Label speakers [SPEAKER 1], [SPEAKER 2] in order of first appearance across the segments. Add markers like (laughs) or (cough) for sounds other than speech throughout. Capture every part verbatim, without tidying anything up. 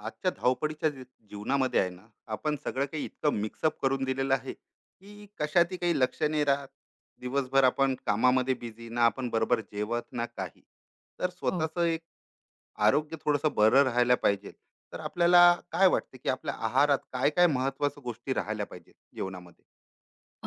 [SPEAKER 1] आजच्या धावपळीच्या जी- जीवनामध्ये आहे ना. आपण सगळं काही इतकं मिक्सअप करून दिलेलं आहे की कशातही काही लक्ष नाही राहत. दिवसभर आपण कामामध्ये बिझी ना, आपण बरोबर जेवत ना काही. तर
[SPEAKER 2] हो.
[SPEAKER 1] स्वतःचं एक आरोग्य थोडंसं बरं राहायला पाहिजे. तर आपल्याला काय वाटतं की आपल्या आहारात काय काय महत्वाच्या गोष्टी राहायला पाहिजे जेवणामध्ये?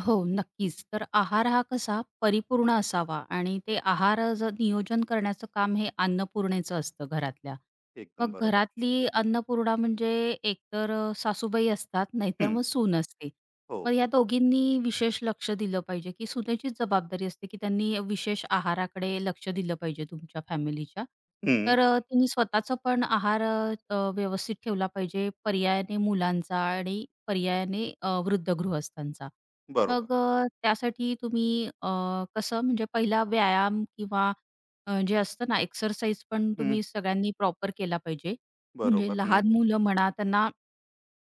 [SPEAKER 2] हो, नक्कीच. तर आहार हा कसा परिपूर्ण असावा आणि ते आहार अ, ज नियोजन करण्याचं काम हे अन्नपूर्णेचं असतं घरातल्या.
[SPEAKER 1] एकदम
[SPEAKER 2] मग
[SPEAKER 1] बरोबर.
[SPEAKER 2] घरातली अन्नपूर्णा म्हणजे एकतर अ, सासूबाई असतात, नाहीतर
[SPEAKER 1] हम्म,
[SPEAKER 2] मग सून असते.
[SPEAKER 1] हो.
[SPEAKER 2] मग या दोघींनी विशेष लक्ष दिलं पाहिजे, की सुनेचीच जबाबदारी असते, की त्यांनी विशेष आहाराकडे लक्ष दिलं पाहिजे तुमच्या फॅमिलीच्या.
[SPEAKER 1] हम्म,
[SPEAKER 2] तर अ, तिने स्वतःचा पण आहार अ, अ, व्यवस्थित ठेवला पाहिजे, पर्यायाने मुलांचा आणि पर्यायाने अ, वृद्ध गृहस्थांचा.
[SPEAKER 1] बरोबर.
[SPEAKER 2] मग अ, त्यासाठी तुम्ही अ, कसं म्हणजे पहिला व्यायाम किंवा अ, जे असतं ना एक्सरसाइज पण
[SPEAKER 1] हम्म,
[SPEAKER 2] तुम्ही सगळ्यांनी प्रॉपर केला पाहिजे. म्हणजे
[SPEAKER 1] बरोबर. हम्म,
[SPEAKER 2] लहान हं. मुलं म्हणा, त्यांना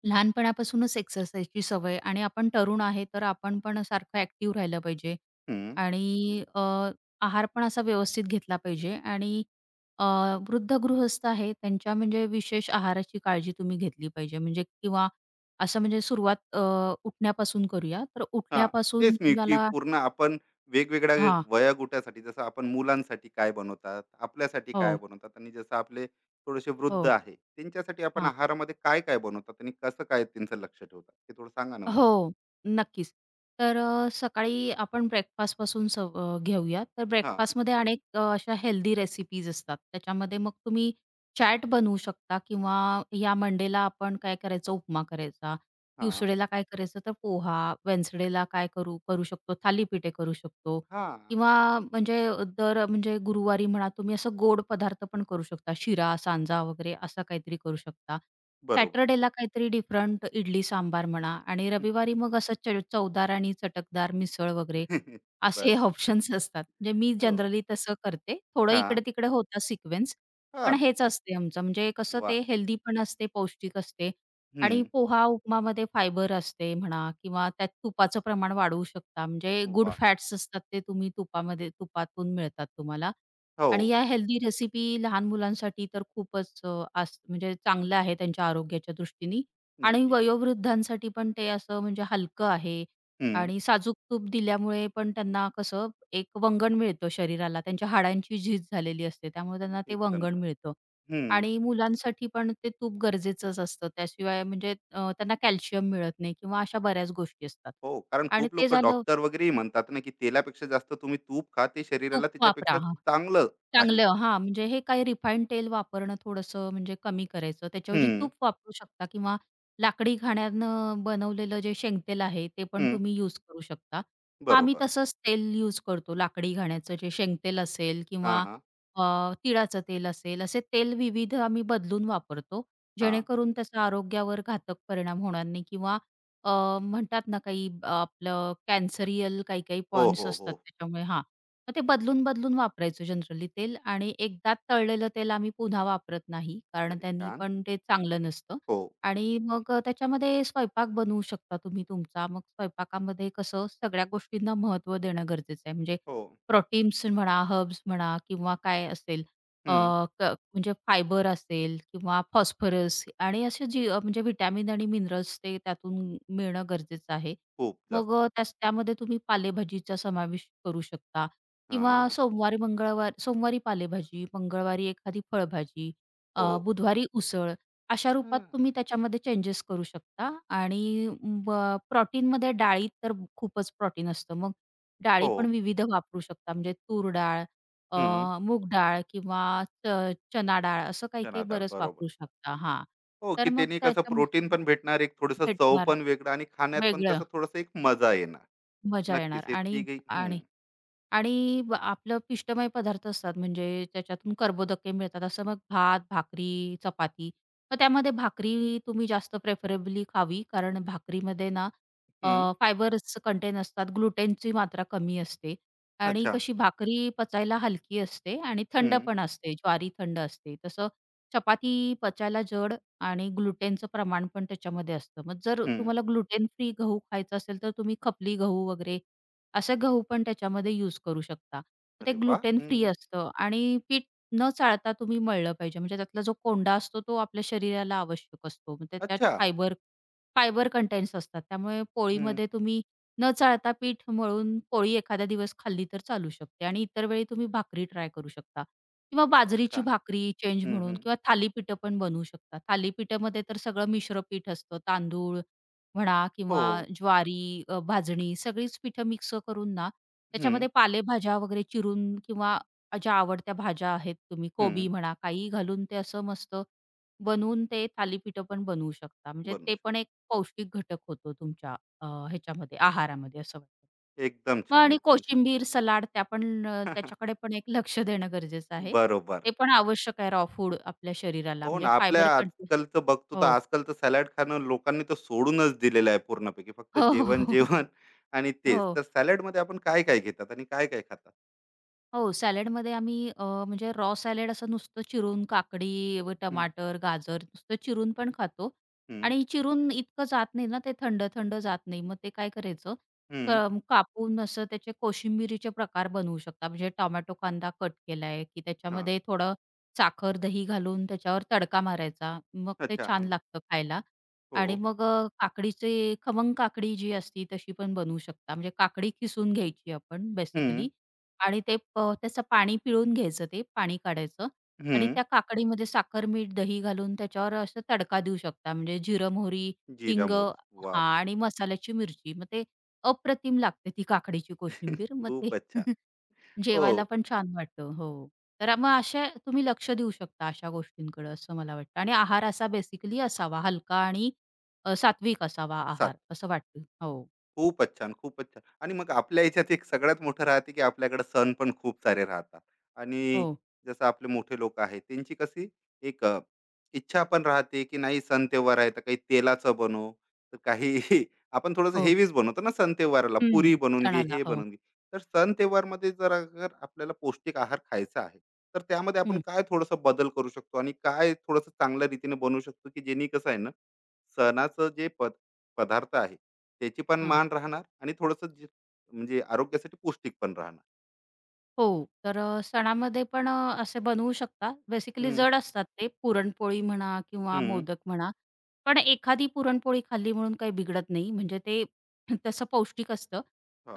[SPEAKER 2] लहानपणापासूनच एक्सरसाइजची सवय आणि आपण तरुण आहे, तर आपण पण सारखं ॲक्टिव्ह राहिलं पाहिजे
[SPEAKER 1] हम्म.
[SPEAKER 2] आणि अ, आहार पण असा व्यवस्थित घेतला पाहिजे आणि अ, वृद्ध गृहस्थ आहे त्यांच्या म्हणजे विशेष आहाराची काळजी तुम्ही घेतली पाहिजे. म्हणजे किंवा असं म्हणजे सुरुवात अ, उठण्यापासून करूया. तर
[SPEAKER 1] हां,
[SPEAKER 2] उठल्यापासून
[SPEAKER 1] तेच मी, की
[SPEAKER 2] तुम्हाला
[SPEAKER 1] पूर्ण आपण वेगवेगळ्या वे-
[SPEAKER 2] हां.
[SPEAKER 1] वयोगटासाठी, जसं आपण मुलांसाठी काय बनवतात, आपल्यासाठी काय
[SPEAKER 2] हो,
[SPEAKER 1] बनवतात, आणि जसं आपले थोडेसे वृद्ध
[SPEAKER 2] हो.
[SPEAKER 1] आहे, त्यांच्यासाठी आपण
[SPEAKER 2] हां.
[SPEAKER 1] आहारामध्ये काय-काय बनवतात आणि कसं काय त्यांचं लक्ष ठेवतात? ते थोडं सांगा ना मला?
[SPEAKER 2] हो, नक्कीच. तर अ, सकाळी आपण ब्रेकफास्टपासून सव अ, घेऊया. तर
[SPEAKER 1] हां,
[SPEAKER 2] ब्रेकफास्टमध्ये हं. अनेक अ, अशा हेल्दी रेसिपीज असतात. त्याच्यामध्ये मग तुम्ही चॅट बनवू शकता किंवा या मंडेला आपण काय करायचं उपमा करायचा,
[SPEAKER 1] हां,
[SPEAKER 2] ट्यूसडेला काय करायचं तर पोहा, वेडनेसडेला काय करू करू शकतो थालीपीठे करू शकतो
[SPEAKER 1] हां,
[SPEAKER 2] किंवा म्हणजे दर म्हणजे गुरुवारी म्हणा तुम्ही असं गोड पदार्थ पण करू शकता. शिरा, सांजा वगैरे असं काहीतरी करू शकता.
[SPEAKER 1] बरोबर.
[SPEAKER 2] सॅटरडेला काहीतरी डिफरंट इडली सांबार म्हणा आणि रविवारी मग असं च चवदार आणि चटकदार मिसळ वगैरे
[SPEAKER 1] (laughs) बरं.
[SPEAKER 2] असे (laughs) ऑप्शन्स असतात. म्हणजे मी
[SPEAKER 1] हो.
[SPEAKER 2] जनरली तसं करते. थोडं
[SPEAKER 1] हां,
[SPEAKER 2] इकडे-तिकडे होता सिक्वेन्स, पण
[SPEAKER 1] हां.
[SPEAKER 2] हेच असते आमचं. म्हणजे कसं
[SPEAKER 1] वाह!
[SPEAKER 2] ते हेल्दी पण असते, पौष्टिक असते आणि
[SPEAKER 1] हं.
[SPEAKER 2] पोहा, उपमामध्ये फायबर असते म्हणा किंवा त्यात तुपाचं प्रमाण वाढवू शकता. म्हणजे गुड
[SPEAKER 1] वाह!
[SPEAKER 2] फॅट्स असतात ते तुम्ही तुपामध्ये तुपातून मिळतात तुम्हाला
[SPEAKER 1] हो,
[SPEAKER 2] आणि या हेल्दी रेसिपी लहान मुलांसाठी तर खूपच अ, आस म्हणजे चांगल्या आहे त्यांच्या आरोग्याच्या दृष्टीने आणि
[SPEAKER 1] नक्की.
[SPEAKER 2] वयोवृद्धांसाठी पण ते असं म्हणजे हलकं आहे
[SPEAKER 1] हं,
[SPEAKER 2] आणि साजूक तूप दिल्यामुळे पण त्यांना कसं एक वंगण मिळतं शरीराला. त्यांच्या हाडांची झीज झालेली असते, त्यामुळे त्यांना ते
[SPEAKER 1] एकदम
[SPEAKER 2] वंगण
[SPEAKER 1] छान.
[SPEAKER 2] मिळतं आणि मुलांसाठी पण ते तूप गरजेचंच असतं. त्याशिवाय म्हणजे अ, त्यांना कॅल्शियम मिळत नाही किंवा अशा बऱ्याच गोष्टी असतात
[SPEAKER 1] हो, कारण
[SPEAKER 2] आणि
[SPEAKER 1] खूप
[SPEAKER 2] ते
[SPEAKER 1] लोक
[SPEAKER 2] झालं
[SPEAKER 1] डॉक्टर वगैरेही म्हणतात ना, की तेलापेक्षा जास्त तुम्ही तूप खा, ते शरीराला
[SPEAKER 2] तूप
[SPEAKER 1] त्याच्यापेक्षा
[SPEAKER 2] वापरा.
[SPEAKER 1] चांगलं आहे
[SPEAKER 2] चांगलं
[SPEAKER 1] खूप.
[SPEAKER 2] हां, म्हणजे हे काही रिफाईंड तेल वापरणं थोडंसं म्हणजे कमी करायचं. त्याच्याऐवजी
[SPEAKER 1] हं,
[SPEAKER 2] तूप वापरू शकता किंवा लाकडी घाण्यानं बनवलेलं जे शेंगतेल आहे, ते पण
[SPEAKER 1] हं.
[SPEAKER 2] तुम्ही यूज करू शकता. मग आम्ही
[SPEAKER 1] बरोबर.
[SPEAKER 2] तसंच तेल यूज करतो लाकडी घाण्याचं जे शेंगतेल असेल
[SPEAKER 1] हां,
[SPEAKER 2] किंवा
[SPEAKER 1] हां.
[SPEAKER 2] अ, तिळाचं तेल असेल, असे तेल विविध आम्ही बदलून वापरतो.
[SPEAKER 1] हां.
[SPEAKER 2] जेणेकरून त्याचा आरोग्यावर घातक परिणाम होणार नाही किंवा अ, म्हणतात ना काही अ, आपलं कॅन्सरियल काही-काही
[SPEAKER 1] हो,
[SPEAKER 2] पॉइंट्स
[SPEAKER 1] हो,
[SPEAKER 2] असतात
[SPEAKER 1] हो.
[SPEAKER 2] त्याच्यामुळे हां, मग ते बदलून-बदलून वापरायचो जनरली तेल आणि एकदा तळलेलं तेल आम्ही पुन्हा वापरत नाही. कारण
[SPEAKER 1] अरे
[SPEAKER 2] त्यांनी
[SPEAKER 1] छान.
[SPEAKER 2] पण ते चांगलं नसतं
[SPEAKER 1] हो,
[SPEAKER 2] आणि मग अ, त्याच्यामध्ये स्वयंपाक बनवू शकता तुम्ही तुमचा. मग स्वयंपाकामध्ये कसं सगळ्या गोष्टींना महत्त्व देणं गरजेचं आहे. म्हणजे
[SPEAKER 1] हो.
[SPEAKER 2] प्रोटीन्स म्हणा, हर्ब्स म्हणा किंवा काय असेल अ,
[SPEAKER 1] हं.
[SPEAKER 2] क म्हणजे फायबर असेल किंवा फॉस्फरस आणि असे जी अ, म्हणजे व्हिटॅमिन आणि मिनरल्स ते त्यातून मिळणं गरजेचं आहे.
[SPEAKER 1] खूप
[SPEAKER 2] मग
[SPEAKER 1] जास्त.
[SPEAKER 2] अ, त्यास त्यामध्ये तुम्ही पालेभाजीचा समावेश करू शकता किंवा
[SPEAKER 1] हां.
[SPEAKER 2] सोमवारी, मंगळवार सोमवारी पालेभाजी, मंगळवारी एखादी फळभाजी, अ,
[SPEAKER 1] हो.
[SPEAKER 2] बुधवारी उसळ अशा रूपात
[SPEAKER 1] हं.
[SPEAKER 2] तुम्ही त्याच्यामध्ये चेंजेस करू शकता आणि ब प्रोटीनमध्ये डाळी तर खूपच प्रोटीन असतं. मग डाळी
[SPEAKER 1] हो.
[SPEAKER 2] पण विविध वापरू शकता. म्हणजे तूर डाळ, अ,
[SPEAKER 1] हं.
[SPEAKER 2] मूग डाळ किंवा च चना डाळ असं
[SPEAKER 1] चना
[SPEAKER 2] काही-काही
[SPEAKER 1] डाळ.
[SPEAKER 2] बरंच
[SPEAKER 1] बरोबर.
[SPEAKER 2] वापरू शकता. हां.
[SPEAKER 1] हो,
[SPEAKER 2] तर
[SPEAKER 1] की
[SPEAKER 2] मग
[SPEAKER 1] त्यांनी कसं प्रोटीन
[SPEAKER 2] त्याच्यामध्ये
[SPEAKER 1] पण भेटणार, एक थोडंसं चव
[SPEAKER 2] भेटणार
[SPEAKER 1] पण वेगळं, आणि खाण्यात पण
[SPEAKER 2] वेगळं
[SPEAKER 1] कसं थोडंसं एक मजा येणार.
[SPEAKER 2] मजा
[SPEAKER 1] नक्कीच.
[SPEAKER 2] येणार
[SPEAKER 1] हे
[SPEAKER 2] आणि
[SPEAKER 1] तिघही, हं,
[SPEAKER 2] आणि आणि ब आपलं पिष्टमय पदार्थ असतात म्हणजे त्याच्यातून कर्बोदके मिळतात. असं मग भात, भाकरी, चपाती. मग त्यामध्ये भाकरी तुम्ही जास्त प्रेफरेबली खावी कारण भाकरीमध्ये ना अ,
[SPEAKER 1] हं.
[SPEAKER 2] फायबर्स कंटेन असतात, ग्लुटेनची मात्रा कमी असते आणि
[SPEAKER 1] अच्छा.
[SPEAKER 2] कशी भाकरी पचायला हलकी असते आणि थंड
[SPEAKER 1] हं,
[SPEAKER 2] पण असते, ज्वारी थंड असते. तसं चपाती पचायला जड आणि ग्लुटेनचं प्रमाण पण त्याच्यामध्ये असतं. मग जर
[SPEAKER 1] हं.
[SPEAKER 2] तुम्हाला ग्लुटेन फ्री गहू खायचा असेल, तर तुम्ही खपली गहू वगैरे असं गहू पण त्याच्यामध्ये यूज करू शकता. तर ते
[SPEAKER 1] अरे वाह!
[SPEAKER 2] ग्लुटेन
[SPEAKER 1] हं.
[SPEAKER 2] फ्री असतं आणि पीठ न चाळता तुम्ही मळलं पाहिजे. म्हणजे त्यातला जो कोंडा असतो तो आपल्या शरीराला आवश्यक असतो. म्हणजे त्यात
[SPEAKER 1] अच्छा.
[SPEAKER 2] फायबर फायबर कंटेंट्स असतात. त्यामुळे
[SPEAKER 1] हं.
[SPEAKER 2] पोळीमध्ये तुम्ही न चाळता पीठ मळून पोळी एखादा दिवस खाल्ली तर चालू शकते आणि इतर वेळी तुम्ही भाकरी ट्राय करू शकता किंवा
[SPEAKER 1] अरे वाह!
[SPEAKER 2] बाजरीची
[SPEAKER 1] छान.
[SPEAKER 2] भाकरी चेंज
[SPEAKER 1] हं,
[SPEAKER 2] म्हणून
[SPEAKER 1] हं.
[SPEAKER 2] किंवा थालीपीठं पण बनवू शकता. थालीपीठामध्ये तर सगळं मिश्र पीठ असतं. तांदूळ, म्हणा
[SPEAKER 1] हो.
[SPEAKER 2] किंवा ज्वारी, अ, भाजणी सगळीच पिठं मिक्स करून ना,
[SPEAKER 1] हं,
[SPEAKER 2] त्याच्यामध्ये पालेभाज्या वगैरे चिरून किंवा ज्या आवडत्या भाज्या आहेत तुम्ही
[SPEAKER 1] हं.
[SPEAKER 2] कोबी म्हणा काहीही घालून ते असं मस्त बनवून ते थालीपीठं पण बनवू शकता. म्हणजे
[SPEAKER 1] बनू
[SPEAKER 2] ते
[SPEAKER 1] शकतो.
[SPEAKER 2] पण एक पौष्टिक घटक होतो तुमच्या अ, ह्याच्यामध्ये आहारामध्ये असं वाटतं.
[SPEAKER 1] एकदम
[SPEAKER 2] मग
[SPEAKER 1] छान,
[SPEAKER 2] आणि
[SPEAKER 1] एकदम छान.
[SPEAKER 2] कोशिंबीर, सलाड त्या पण अ,
[SPEAKER 1] (laughs)
[SPEAKER 2] त्याच्याकडे पण एक लक्ष देणं गरजेचं आहे.
[SPEAKER 1] बरोबर.
[SPEAKER 2] ते पण आवश्यक आहे रॉ फूड आपल्या शरीराला
[SPEAKER 1] हो ना,
[SPEAKER 2] म्हणजे फायबर
[SPEAKER 1] आपल्या
[SPEAKER 2] कंटेंट
[SPEAKER 1] आजकालचं बघतो तर
[SPEAKER 2] हो.
[SPEAKER 1] आजकाल तर सॅलड खाणं लोकांनी तर सोडूनच दिलेलं आहे पूर्णपैकी. फक्त
[SPEAKER 2] हो, हो, हो,
[SPEAKER 1] जेवण,
[SPEAKER 2] हो.
[SPEAKER 1] जेवण आणि
[SPEAKER 2] हो.
[SPEAKER 1] तेच. तर सॅलडमध्ये आपण काय-काय घेतात आणि काय-काय खातात?
[SPEAKER 2] हो, सॅलडमध्ये आम्ही अ, म्हणजे रॉ सॅलड असं नुसतं चिरून काकडी व
[SPEAKER 1] हं,
[SPEAKER 2] टमाटर, गाजर नुसतं चिरून पण खातो
[SPEAKER 1] हं,
[SPEAKER 2] आणि चिरून इतकं जात नाही ना, ते थंड-थंड जात नाही. मग ते काय करायचं
[SPEAKER 1] हं.
[SPEAKER 2] क कापून असं त्याचे कोशिंबिरीचे प्रकार बनवू शकता. म्हणजे टोमॅटो कांदा कट केलाय, की
[SPEAKER 1] हां.
[SPEAKER 2] त्याच्यामध्ये थोडं साखर, दही घालून त्याच्यावर तडका मारायचा. मग ते
[SPEAKER 1] अच्छा.
[SPEAKER 2] छान
[SPEAKER 1] हं.
[SPEAKER 2] लागतं खायला
[SPEAKER 1] हो.
[SPEAKER 2] आणि मग अ, काकडीचे खमंग काकडी जी असती तशी पण बनवू शकता. म्हणजे काकडी किसून घ्यायची आपण
[SPEAKER 1] हं,
[SPEAKER 2] बेसिकली आणि ते प त्याचं पाणी पिळून घ्यायचं ते, पाणी काढायचं आणि
[SPEAKER 1] हं.
[SPEAKER 2] त्या काकडीमध्ये साखर, मीठ, दही घालून त्याच्यावर असं तडका देऊ शकता. म्हणजे जिरं, मोहरी,
[SPEAKER 1] जिरा
[SPEAKER 2] हिंग
[SPEAKER 1] मोहरी. वाह,
[SPEAKER 2] हां
[SPEAKER 1] वाह, वाह!
[SPEAKER 2] आणि मसाल्याची मिरची. मग ते अप्रतिम लागते ती काकडीची कोशिंबीर. मग ते
[SPEAKER 1] खूपच छान.
[SPEAKER 2] (laughs)
[SPEAKER 1] हो.
[SPEAKER 2] जेवायला पण छान वाटतं. हो. तर मग अशा तुम्ही लक्ष देऊ शकता अशा गोष्टींकडे असं मला वाटतं आणि आहार असा बेसिकली असावा हलका आणि अ, सात्विक असावा
[SPEAKER 1] सांग.
[SPEAKER 2] आहार असं वाटतं. हो.
[SPEAKER 1] खूपच छान, खूपच छान. आणि मग आपल्या ह्याच्यात एक सगळ्यात मोठं राहते, की आपल्याकडे सण पण खूप सारे राहतात, आणि
[SPEAKER 2] हो,
[SPEAKER 1] जसं आपले मोठे लोक आहेत, त्यांची कशी एक अ, इच्छा पण राहते, की नाही, सण-त्योहार आहे, तर काही तेलाचं बनव, तर काही (laughs) आपण थोडंसं
[SPEAKER 2] हो.
[SPEAKER 1] हेवीच बनवतो ना सण-त्योहाराला. पुरी
[SPEAKER 2] हं.
[SPEAKER 1] बनवून घे,
[SPEAKER 2] सणाला.
[SPEAKER 1] हे
[SPEAKER 2] हो.
[SPEAKER 1] बनवून घे. तर सण-त्योहारमध्ये जर अगर आपल्याला पौष्टिक आहार खायचा आहे, तर त्यामध्ये आपण
[SPEAKER 2] हं.
[SPEAKER 1] काय थोडंसं बदल करू शकतो आणि काय थोडंसं चांगल्या रीतीने बनवू शकतो, की जेणे कसं आहे ना, सणाचं जे पद पदार्थ आहे, त्याची पण मान राहणार, आणि थोडंसं जे म्हणजे आरोग्यासाठी पौष्टिक पण राहणार.
[SPEAKER 2] हो, तर अ, सणामध्ये पण अ, असे बनवू शकता. बेसिकली
[SPEAKER 1] हम्म,
[SPEAKER 2] जड असतात ते पुरणपोळी म्हणा किंवा
[SPEAKER 1] हम्म,
[SPEAKER 2] मोदक म्हणा. पण एखादी पुरणपोळी खाल्ली म्हणून काही बिघडत नाही. म्हणजे ते (clears throat) (laughs) तसं पौष्टिक असतं.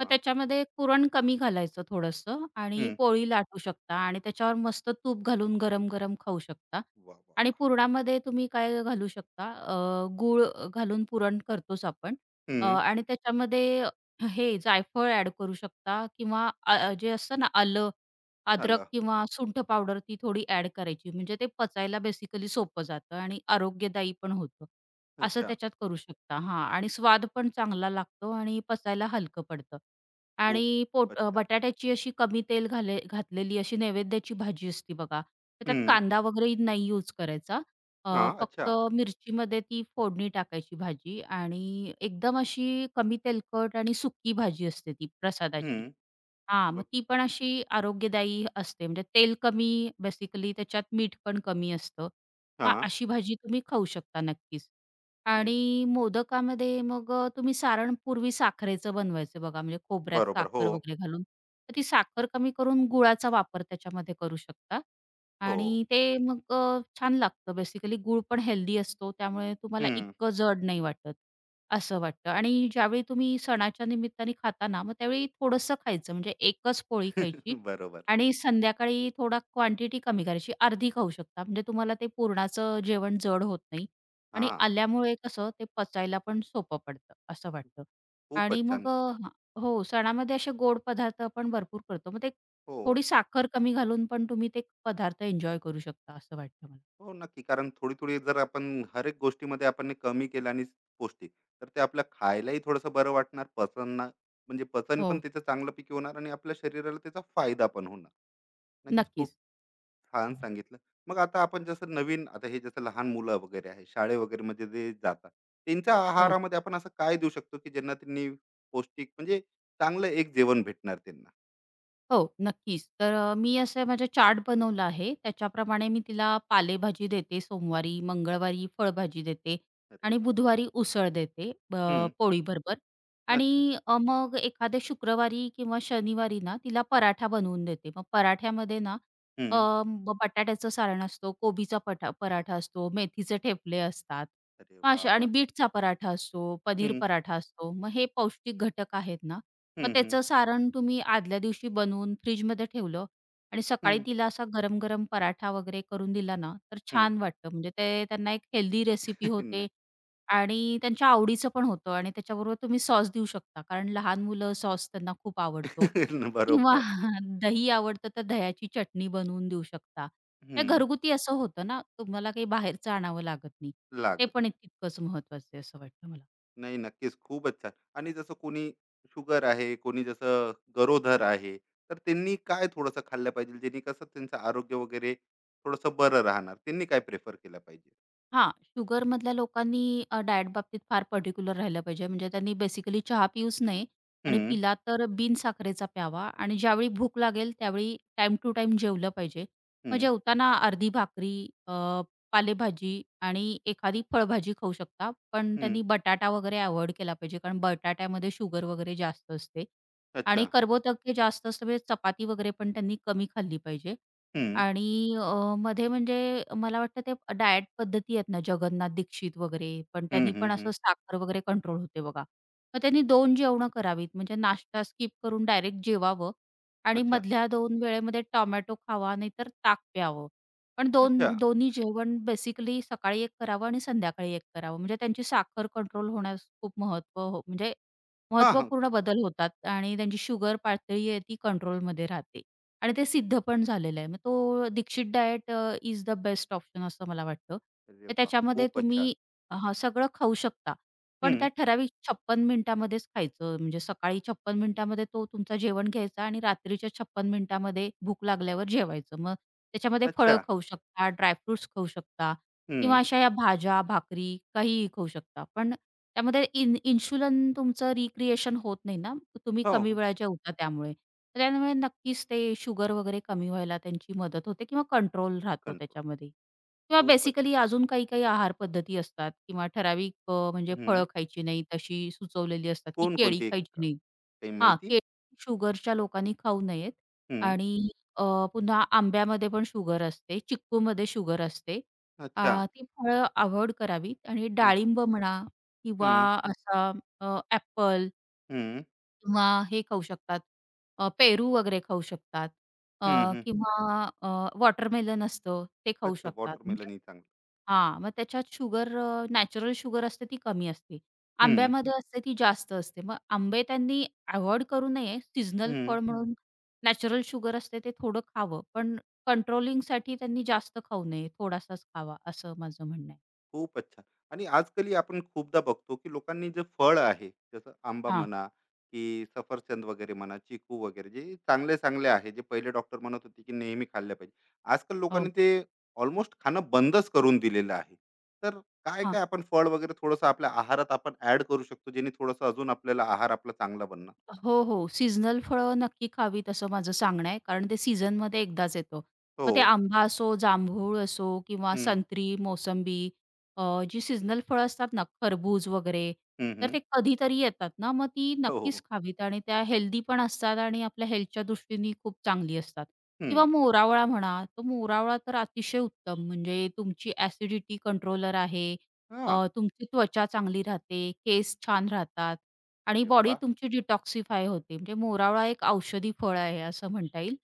[SPEAKER 2] मग त्याच्यामध्ये पुरण कमी घालायचं थोडंसं आणि
[SPEAKER 1] हम्म,
[SPEAKER 2] पोळी लाटू शकता आणि त्याच्यावर मस्त तूप घालून गरम-गरम खाऊ शकता.
[SPEAKER 1] वा वा
[SPEAKER 2] आणि
[SPEAKER 1] वा.
[SPEAKER 2] पुरणामध्ये तुम्ही काय घालू शकता, अ, गूळ घालून पुरण करतोच आपण. अ,
[SPEAKER 1] हम्म,
[SPEAKER 2] आणि त्याच्यामध्ये हे जायफळ ॲड करू शकता किंवा अ, अ, जे असतं ना आलं, अद्रक
[SPEAKER 1] आलं.
[SPEAKER 2] किंवा सुंठ पावडर ती थोडी ॲड करायची. म्हणजे ते पचायला बेसिकली सोपं जातं आणि आरोग्यदायी पण होतं. असं
[SPEAKER 1] अच्छा.
[SPEAKER 2] त्याच्यात करू शकता हां आणि स्वाद पण चांगला लागतो आणि पचायला हलकं पडतं.
[SPEAKER 1] खूप
[SPEAKER 2] आणि पोट अ,
[SPEAKER 1] अच्छा.
[SPEAKER 2] बटाट्याची अशी कमी तेल घाले घातलेली अशी नैवेद्याची भाजी असते बघा, तर त्यात
[SPEAKER 1] हम्म,
[SPEAKER 2] कांदा वगैरे नाही यूज करायचा.
[SPEAKER 1] हा.
[SPEAKER 2] अ,
[SPEAKER 1] अच्छा.
[SPEAKER 2] फक्त मिरचीमध्ये ती फोडणी टाकायची भाजी आणि एकदम अशी कमी तेलकट आणि सुकी भाजी असते ती प्रसादाची.
[SPEAKER 1] हम्म,
[SPEAKER 2] हां,
[SPEAKER 1] ब-
[SPEAKER 2] मग ती पण अशी आरोग्यदायी असते. म्हणजे तेल कमी बेसिकली त्याच्यात मीठ पण कमी असतं. मग
[SPEAKER 1] हा.
[SPEAKER 2] अशी भाजी तुम्ही खाऊ शकता नक्कीच.
[SPEAKER 1] नाही.
[SPEAKER 2] आणि मोदकामध्ये मग अ, तुम्ही सारण पूर्वी साखरेचं बनवायचं बघा म्हणजे खोबऱ्यात
[SPEAKER 1] बरोबर. हो,
[SPEAKER 2] साखर वगैरे घालून. तर ती साखर कमी करून गुळाचा वापर त्याच्यामध्ये करू शकता.
[SPEAKER 1] हो.
[SPEAKER 2] आणि ते मग अ, छान लागतं बेसिकली गूळ पण हेल्दी असतो त्यामुळे तुम्हाला
[SPEAKER 1] हम्म.
[SPEAKER 2] इतकं जड नाही वाटत, असं वाटतं आणि ज्यावेळी तुम्ही सणाच्या निमित्ताने खाता ना, मग त्यावेळी थोडंसं खायचं म्हणजे एकच पोळी
[SPEAKER 1] (laughs)
[SPEAKER 2] खायची
[SPEAKER 1] बरोबर.
[SPEAKER 2] आणि संध्याकाळी थोडा क्वांटिटी कमी करायची, अर्धी खाऊ शकता म्हणजे तुम्हाला ते पुरणाचं जेवण जड होत नाही
[SPEAKER 1] हा.
[SPEAKER 2] आणि आल्यामुळे कसं ते पचायला पण सोपं पडतं, असं वाटतं आणि
[SPEAKER 1] खूपच
[SPEAKER 2] मग
[SPEAKER 1] छान.
[SPEAKER 2] अ, हां. हो, सणामध्ये असे गोड पदार्थ आपण भरपूर करतो. मग ते
[SPEAKER 1] हो.
[SPEAKER 2] थोडी साखर कमी घालून पण तुम्ही ते पदार्थ एन्जॉय करू शकता असं वाटतं मला.
[SPEAKER 1] हो, नक्की. कारण थोडी-थोडी जर आपण हर एक गोष्टीमध्ये आपण हे कमी केलं आणि पौष्टिक, तर ते आपल्याला खायलाही थोडंसं बरं वाटणार, पचन म्हणजे पचन पण
[SPEAKER 2] हो,
[SPEAKER 1] त्याचं चांगल्यापैकी होणार आणि आपल्या शरीराला त्याचा फायदा पण होणार. नक्कीच खूप
[SPEAKER 2] नक्कीच.
[SPEAKER 1] छान सांगितलं. मग आता आपण जसं नवीन, आता हे जसं लहान मुलं वगैरे आहे, शाळे वगैरेमध्ये जे जातात, त्यांच्या
[SPEAKER 2] हो.
[SPEAKER 1] आहारामध्ये आपण असं काय देऊ शकतो, की ज्यांना त्यांनी पौष्टिक म्हणजे चांगलं एक जेवण भेटणार त्यांना?
[SPEAKER 2] हो, नक्कीच. तर अ, मी असं माझा चार्ट बनवला आहे. त्याच्याप्रमाणे मी तिला पालेभाजी देते सोमवारी, मंगळवारी फळभाजी देते
[SPEAKER 1] अरे
[SPEAKER 2] आणि
[SPEAKER 1] वाह!
[SPEAKER 2] बुधवारी उसळ देते ब
[SPEAKER 1] हं.
[SPEAKER 2] पोळीबरोबर
[SPEAKER 1] अच्छा.
[SPEAKER 2] आणि अ, मग एखाद्या शुक्रवारी किंवा शनिवारी ना तिला पराठा बनवून देते. मग पराठ्यामध्ये ना अ,
[SPEAKER 1] हं.
[SPEAKER 2] ब बटाट्याचं सारण असतो, कोबीचा पठा पराठा असतो, मेथीचे ठेपले असतात.
[SPEAKER 1] अरे
[SPEAKER 2] मग
[SPEAKER 1] वाह,
[SPEAKER 2] अशा आणि
[SPEAKER 1] वाह!
[SPEAKER 2] बीटचा पराठा असतो, पनीर
[SPEAKER 1] हं,
[SPEAKER 2] पराठा असतो. मग हे पौष्टिक घटक आहेत ना, मग
[SPEAKER 1] हं, हं,
[SPEAKER 2] त्याचं सारण तुम्ही आदल्या दिवशी बनवून फ्रिजमध्ये ठेवलं आणि सकाळी
[SPEAKER 1] हं,
[SPEAKER 2] तिला असा गरम-गरम पराठा वगैरे करून दिला ना, तर
[SPEAKER 1] हं.
[SPEAKER 2] छान वाटतं. म्हणजे ते त्यांना एक हेल्दी रेसिपी
[SPEAKER 1] (laughs)
[SPEAKER 2] होते
[SPEAKER 1] नक्की.
[SPEAKER 2] आणि त्यांच्या आवडीचं पण होतं आणि त्याच्याबरोबर तुम्ही सॉस देऊ शकता. कारण लहान मुलं सॉस त्यांना खूप आवडतो
[SPEAKER 1] (laughs)
[SPEAKER 2] किंवा
[SPEAKER 1] बरोबर.
[SPEAKER 2] (laughs) दही आवडतं, तर दह्याची चटणी बनवून देऊ शकता. हे
[SPEAKER 1] हं.
[SPEAKER 2] घरगुती असं होतं ना, तुम्हाला काही बाहेरचं आणावं लागत नाही. ते
[SPEAKER 1] लागत
[SPEAKER 2] पण
[SPEAKER 1] नाही.
[SPEAKER 2] एक तितकंच महत्वाचं आहे असं वाटतं मला.
[SPEAKER 1] नाही, नक्कीच खूपच छान. आणि जसं कोणी शुगर आहे, कोणी जसं गरोदर आहे, तर त्यांनी काय थोडंसं खाल्लं पाहिजे, जेणे कसं त्यांचं आरोग्य वगैरे थोडंसं बरं राहणार? त्यांनी काय प्रिफर केलं पाहिजे?
[SPEAKER 2] हां, शुगरमधल्या लोकांनी अ, डायट बाबतीत फार पर्टिक्युलर राहिलं पाहिजे. म्हणजे त्यांनी बेसिकली चहा पिऊच नये आणि
[SPEAKER 1] हं,
[SPEAKER 2] पिला तर बिनसाखरेचा प्यावा आणि ज्यावेळी भूक लागेल त्यावेळी टाइम टू टाइम जेवलं पाहिजे. मग
[SPEAKER 1] हं,
[SPEAKER 2] जेवताना अर्धी भाकरी, अ, पालेभाजी आणि एखादी फळभाजी खाऊ शकता. पण
[SPEAKER 1] हं.
[SPEAKER 2] त्यांनी बटाटा वगैरे अव्हॉइड केला पाहिजे. कारण बटाट्यामध्ये शुगर वगैरे जास्त असते आणि
[SPEAKER 1] अच्छा.
[SPEAKER 2] कर्बोदके जास्त असते म्हणजे चपाती वगैरे पण त्यांनी कमी खाल्ली पाहिजे.
[SPEAKER 1] हं,
[SPEAKER 2] आणि अ, मध्ये म्हणजे मला वाटतं ते डाएट पद्धती आहेत ना जगन्नाथ दीक्षित वगैरे, पण
[SPEAKER 1] हं,
[SPEAKER 2] त्यांनी
[SPEAKER 1] हं,
[SPEAKER 2] पण
[SPEAKER 1] हं.
[SPEAKER 2] असं साखर वगैरे कंट्रोल होते बघा. मग त्यांनी दोन जेवणं करावीत म्हणजे नाश्ता स्किप करून डायरेक्ट जेवावं आणि
[SPEAKER 1] अच्छा,
[SPEAKER 2] मधल्या दोन वेळेमध्ये टोमॅटो खावा नाहीतर ताक प्यावं. पण दोन
[SPEAKER 1] अच्छा.
[SPEAKER 2] दोन्ही जेवण बेसिकली सकाळी एक करावं आणि संध्याकाळी एक करावं. म्हणजे त्यांची साखर कंट्रोल होण्यास खूप महत्त्व हो म्हणजे
[SPEAKER 1] हां, हां.
[SPEAKER 2] महत्त्वपूर्ण बदल होतात आणि त्यांची शुगर पातळी आहे ती कंट्रोलमध्ये राहते. आणि ते सिद्ध पण झालेलं आहे. मग तो Dixit diet uh, is the best option असं मला वाटतं.
[SPEAKER 1] अरे
[SPEAKER 2] तर
[SPEAKER 1] वाह!
[SPEAKER 2] त्याच्यामध्ये
[SPEAKER 1] खूपच
[SPEAKER 2] तुम्ही
[SPEAKER 1] छान.
[SPEAKER 2] हां, सगळं खाऊ शकता. पण
[SPEAKER 1] हं.
[SPEAKER 2] त्या ठराविक छप्पन्न मिनिटामध्येच खायचं. म्हणजे सकाळी छप्पन्न मिनिटामध्ये तो तुमचा जेवण घ्यायचा आणि रात्रीच्या छप्पन्न मिनिटामध्ये भूक लागल्यावर जेवायचं. मग त्याच्यामध्ये फळं
[SPEAKER 1] अच्छा.
[SPEAKER 2] खाऊ शकता, ड्रायफ्रुट्स खाऊ शकता किंवा
[SPEAKER 1] हं.
[SPEAKER 2] अशा या भाज्या, भाकरी काहीही खाऊ शकता. पण त्यामध्ये इन इन्शुलिन तुमचं रिक्रिएशन होत नाही ना. तुम्ही
[SPEAKER 1] हो,
[SPEAKER 2] कमी
[SPEAKER 1] हो.
[SPEAKER 2] वेळा जेवता त्यामुळे. तर त्यामुळे नक्कीच ते शुगर वगैरे कमी व्हायला त्यांची मदत होते किंवा कंट्रोल राहतो
[SPEAKER 1] कंट्रोल.
[SPEAKER 2] त्याच्यामध्ये. किंवा
[SPEAKER 1] खूपच.
[SPEAKER 2] बेसिकली अजून काही-काही आहार पद्धती असतात किंवा ठराविक अ, म्हणजे
[SPEAKER 1] हं.
[SPEAKER 2] फळं खायची नाहीत अशी सुचवलेली असतात, की केळी
[SPEAKER 1] कोणकोणती एक
[SPEAKER 2] खायची
[SPEAKER 1] का-
[SPEAKER 2] नाही.
[SPEAKER 1] काही
[SPEAKER 2] हां,
[SPEAKER 1] माहिती?
[SPEAKER 2] केळी शुगरच्या लोकांनी खाऊ नयेत
[SPEAKER 1] हं.
[SPEAKER 2] आणि अ, पुन्हा आंब्यामध्ये पण शुगर असते, चिक्कूमध्ये शुगर असते. अ,
[SPEAKER 1] अच्छा.
[SPEAKER 2] ती फळं अव्हॉइड करावीत आणि डाळिंब म्हणा किंवा
[SPEAKER 1] हं,
[SPEAKER 2] असा ॲपल
[SPEAKER 1] हं,
[SPEAKER 2] किंवा हे खाऊ शकतात, अ, पेरू वगैरे खाऊ शकतात अ,
[SPEAKER 1] हं, हं.
[SPEAKER 2] किंवा अ, वॉटरमेलन असतं ते खाऊ
[SPEAKER 1] अच्छा,
[SPEAKER 2] शकतात. म्हणजे
[SPEAKER 1] वॉटरमेलन ही चांगलं.
[SPEAKER 2] हां, मग त्याच्यात शुगर अ, नॅचरल शुगर असते ती कमी असते.
[SPEAKER 1] हं,
[SPEAKER 2] आंब्यामध्ये असते ती जास्त असते. मग आंबे त्यांनी अव्हॉइड करू नये. सीझनल
[SPEAKER 1] हं.
[SPEAKER 2] फळ म्हणून नॅचरल शुगर असते ते थोडं खावं. पण कंट्रोलिंगसाठी त्यांनी जास्त खाऊ नये. थोडासाच खावा असं माझं म्हणणं आहे.
[SPEAKER 1] खूप अच्छा. आणि आजकाल आपण खूपदा बघतो, की लोकांनी जे फळ आहे, जसं आंबा
[SPEAKER 2] हां.
[SPEAKER 1] म्हणा, की सफरचंद वगैरे म्हणा, चिकू वगैरे, जे चांगले-चांगले आहे, जे पहिले डॉक्टर म्हणत होते, की नेहमी खाल्ले पाहिजे. आजकाल
[SPEAKER 2] हो.
[SPEAKER 1] लोकांनी ते ऑलमोस्ट खाणं बंदच करून दिलेलं आहे. तर काय-काय आपण फळ वगैरे थोडंसं आपल्या आहारात आपण ॲड करू शकतो, जेणे थोडंसं अजून आपल्याला आहार आपला चांगला बनणार?
[SPEAKER 2] हो, हो. सीझनल फळं नक्की खावीत असं माझं सांगणं आहे. कारण ते सीझनमध्ये एकदाच येतं.
[SPEAKER 1] हो.
[SPEAKER 2] मग ते आंबा असो, जांभूळ असो किंवा
[SPEAKER 1] हं,
[SPEAKER 2] संत्री, मोसंबी अ, जी सीझनल फळं असतात ना, खरबूज वगैरे,
[SPEAKER 1] हं,
[SPEAKER 2] तर
[SPEAKER 1] हं.
[SPEAKER 2] ते कधीतरी येतात ना, मग ती नक्कीच
[SPEAKER 1] हो.
[SPEAKER 2] खावीत आणि त्या हेल्दी पण असतात आणि आपल्या हेल्थच्या दृष्टीने खूप चांगली असतात. किंवा
[SPEAKER 1] हं.
[SPEAKER 2] मोरावळा म्हणा, तो मोरावळा तर अतिशय उत्तम म्हणजे तुमची ॲसिडिटी कंट्रोलर आहे
[SPEAKER 1] हां.
[SPEAKER 2] अ, तुमची त्वचा चांगली राहते, केस छान राहतात आणि
[SPEAKER 1] अरे
[SPEAKER 2] बॉडी
[SPEAKER 1] वाह!
[SPEAKER 2] तुमची डिटॉक्सिफाय होते. म्हणजे मोरावळा एक औषधी फळ आहे असं म्हणता येईल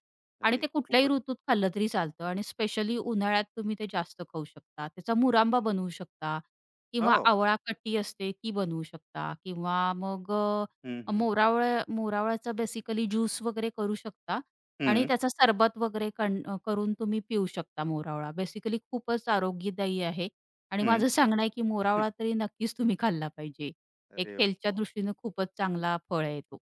[SPEAKER 2] आणि
[SPEAKER 1] अरे
[SPEAKER 2] ते कुठल्याही
[SPEAKER 1] खूपच.
[SPEAKER 2] ऋतूत खाल्लं तरी चालतं आणि स्पेशली उन्हाळ्यात तुम्ही ते जास्त खाऊ शकता. त्याचा मुरांबा बनवू शकता किंवा
[SPEAKER 1] हो.
[SPEAKER 2] आवळा खट्टी असते ती बनवू शकता किंवा मग
[SPEAKER 1] हं,
[SPEAKER 2] अ,
[SPEAKER 1] हं.
[SPEAKER 2] मोरावळ्या मोरावळ्याचा बेसिकली ज्यूस वगैरे करू शकता आणि
[SPEAKER 1] हं,
[SPEAKER 2] त्याचा सरबत वगैरे कण अ, करून तुम्ही पिऊ शकता मोरावळा. बेसिकली खूपच आरोग्यदायी आहे आणि
[SPEAKER 1] हं.
[SPEAKER 2] माझं सांगणं आहे, की मोरावळा
[SPEAKER 1] (laughs)
[SPEAKER 2] तरी नक्कीच तुम्ही खाल्ला पाहिजे. एक
[SPEAKER 1] अरे
[SPEAKER 2] हेल्थच्या
[SPEAKER 1] वाह!
[SPEAKER 2] दृष्टीनं खूपच चांगला फळ आहे तो.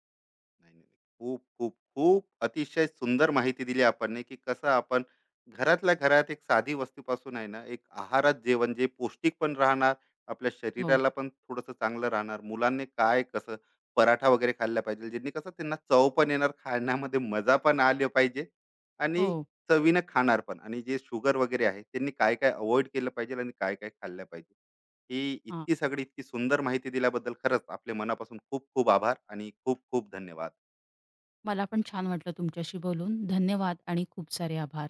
[SPEAKER 1] नाही, नाही, नाही. खूप, खूप, खूप अतिशय सुंदर माहिती दिली आपणने, की कसं आपण घरातल्या घरात एक साधी वस्तूपासून आहे ना, एक आहारात जेवण जे पौष्टिक पण राहणार, आपल्या
[SPEAKER 2] हो,
[SPEAKER 1] शरीराला पण थोडंसं चांगलं राहणार. मुलांनी काय कसं पराठा वगैरे खाल्ला पाहिजे, ज्यांनी कसं त्यांना चव पण येणार, खाण्यामध्ये मजा पण आली पाहिजे,
[SPEAKER 2] हो.
[SPEAKER 1] आणि चवीनं खाणार पण. आणि जे शुगर वगैरे आहे, त्यांनी काय-काय अव्हॉइड केलं पाहिजे आणि काय-काय खाल्लं पाहिजे. ही
[SPEAKER 2] हां.
[SPEAKER 1] इतकी सगळी इतकी सुंदर माहिती दिल्याबद्दल खरंच आपले मनापासून खूप खूप आभार आणि खूप खूप धन्यवाद.
[SPEAKER 2] मला पण छान वाटलं तुमच्याशी बोलून. धन्यवाद आणि खूप सारे आभार.